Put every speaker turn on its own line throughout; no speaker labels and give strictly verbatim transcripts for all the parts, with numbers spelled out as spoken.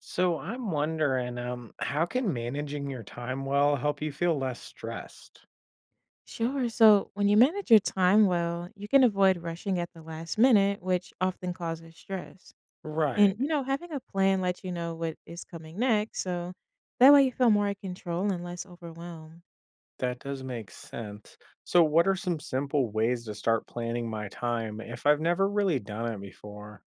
So I'm wondering, um, how can managing your time well help you feel less stressed?
Sure. So, when you manage your time well, you can avoid rushing at the last minute, which often causes stress. And,
Right.
you know, having a plan lets you know what is coming next. So that way you feel more in control and less overwhelmed.
That does make sense. So, what are some simple ways to start planning my time if I've never really done it before?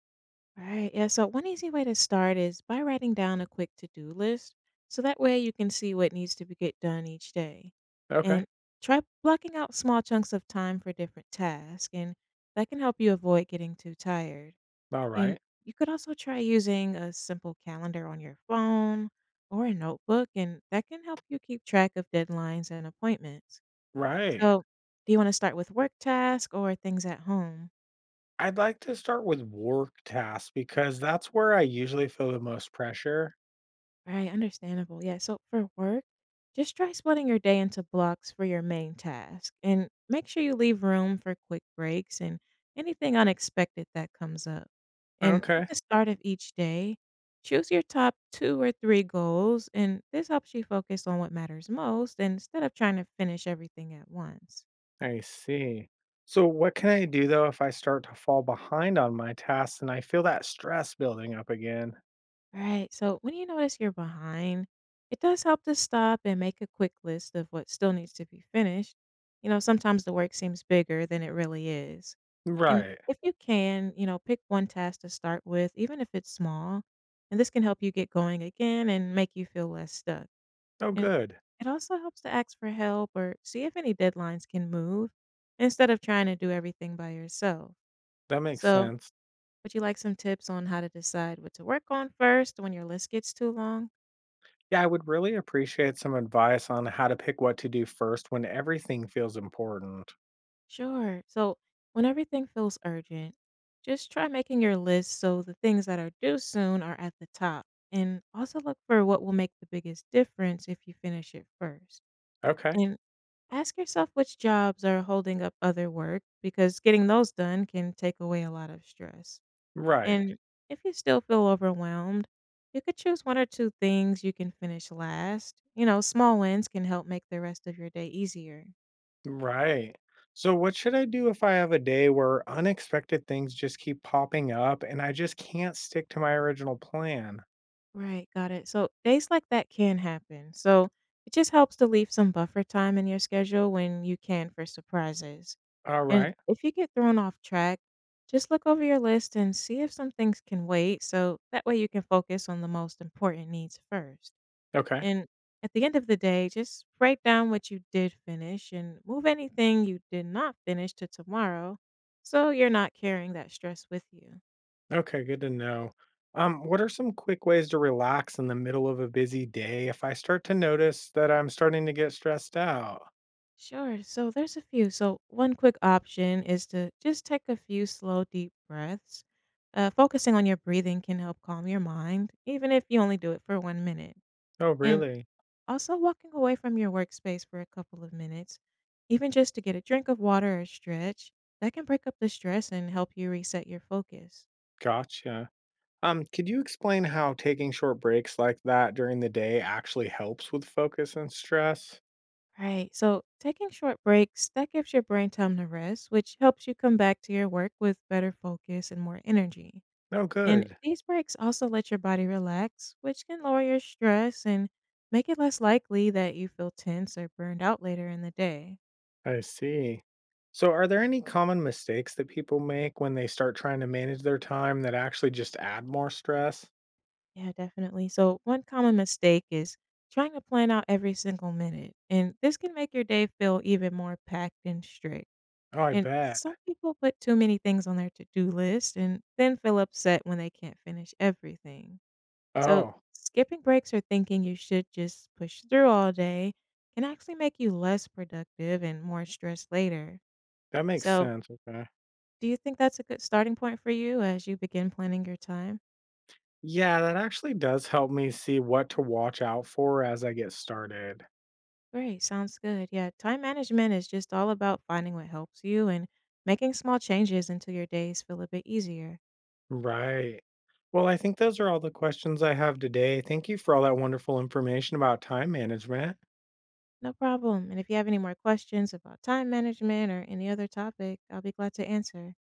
Right. Yeah. So, one easy way to start is by writing down a quick to do list. So that way you can see what needs to be get done each day.
Okay,
And try blocking out small chunks of time for different tasks. And that can help you avoid getting too tired.
all
And
right.
you could also try using a simple calendar on your phone or a notebook, and that can help you keep track of deadlines and appointments.
Right.
So, do you want to start with work tasks or things at home?
I'd like to start with work tasks because that's where I usually feel the most pressure.
Right, understandable. Yeah, so for work, just try splitting your day into blocks for your main task and make sure you leave room for quick breaks and anything unexpected that comes up. And at
Okay.
the start of each day, choose your top two or three goals, and this helps you focus on what matters most instead of trying to finish everything at once.
I see. So, what can I do though if I start to fall behind on my tasks and I feel that stress building up again?
Right. So when you notice you're behind, it does help to stop and make a quick list of what still needs to be finished. You know, sometimes the work seems bigger than it really is. And
Right.
if you can, you know, pick one task to start with, even if it's small. And this can help you get going again and make you feel less stuck.
Oh,
And
good.
it also helps to ask for help or see if any deadlines can move instead of trying to do everything by yourself.
That makes
So,
sense.
would you like some tips on how to decide what to work on first when your list gets too long?
Yeah, I would really appreciate some advice on how to pick what to do first when everything feels important.
Sure. So, when everything feels urgent, just try making your list so the things that are due soon are at the top. And also look for what will make the biggest difference if you finish it first.
Okay.
And ask yourself which jobs are holding up other work because getting those done can take away a lot of stress.
Right.
And if you still feel overwhelmed, you could choose one or two things you can finish last. You know, small wins can help make the rest of your day easier.
Right. So, what should I do if I have a day where unexpected things just keep popping up and I just can't stick to my original plan?
Right, got it. So days like that can happen. So it just helps to leave some buffer time in your schedule when you can for surprises.
All
And
right.
if you get thrown off track, just look over your list and see if some things can wait. So that way you can focus on the most important needs first.
Okay.
And at the end of the day, just write down what you did finish and move anything you did not finish to tomorrow so you're not carrying that stress with you.
Okay. Good to know. Um, what are some quick ways to relax in the middle of a busy day if I start to notice that I'm starting to get stressed out?
Sure. So there's a few. So, one quick option is to just take a few slow, deep breaths. Uh, focusing on your breathing can help calm your mind, even if you only do it for one minute.
Oh,
And
really?
also, walking away from your workspace for a couple of minutes, even just to get a drink of water or stretch, that can break up the stress and help you reset your focus.
Gotcha. Um, could you explain how taking short breaks like that during the day actually helps with focus and stress?
Right. So taking short breaks, that gives your brain time to rest, which helps you come back to your work with better focus and more energy.
Oh,
And
good.
these breaks also let your body relax, which can lower your stress and make it less likely that you feel tense or burned out later in the day.
I see. So, are there any common mistakes that people make when they start trying to manage their time that actually just add more stress?
Yeah, definitely. So one common mistake is trying to plan out every single minute, and this can make your day feel even more packed and strict.
Oh, I
And
bet.
some people put too many things on their to-do list and then feel upset when they can't finish everything. So,
Oh,
skipping breaks or thinking you should just push through all day can actually make you less productive and more stressed later.
that makes
So,
sense. Okay.
do you think that's a good starting point for you as you begin planning your time?
Yeah, that actually does help me see what to watch out for as I get started.
Great, sounds good. Yeah, time management is just all about finding what helps you and making small changes until your days feel a bit easier.
Right. Well, I think those are all the questions I have today. Thank you for all that wonderful information about time management.
No problem. And if you have any more questions about time management or any other topic, I'll be glad to answer.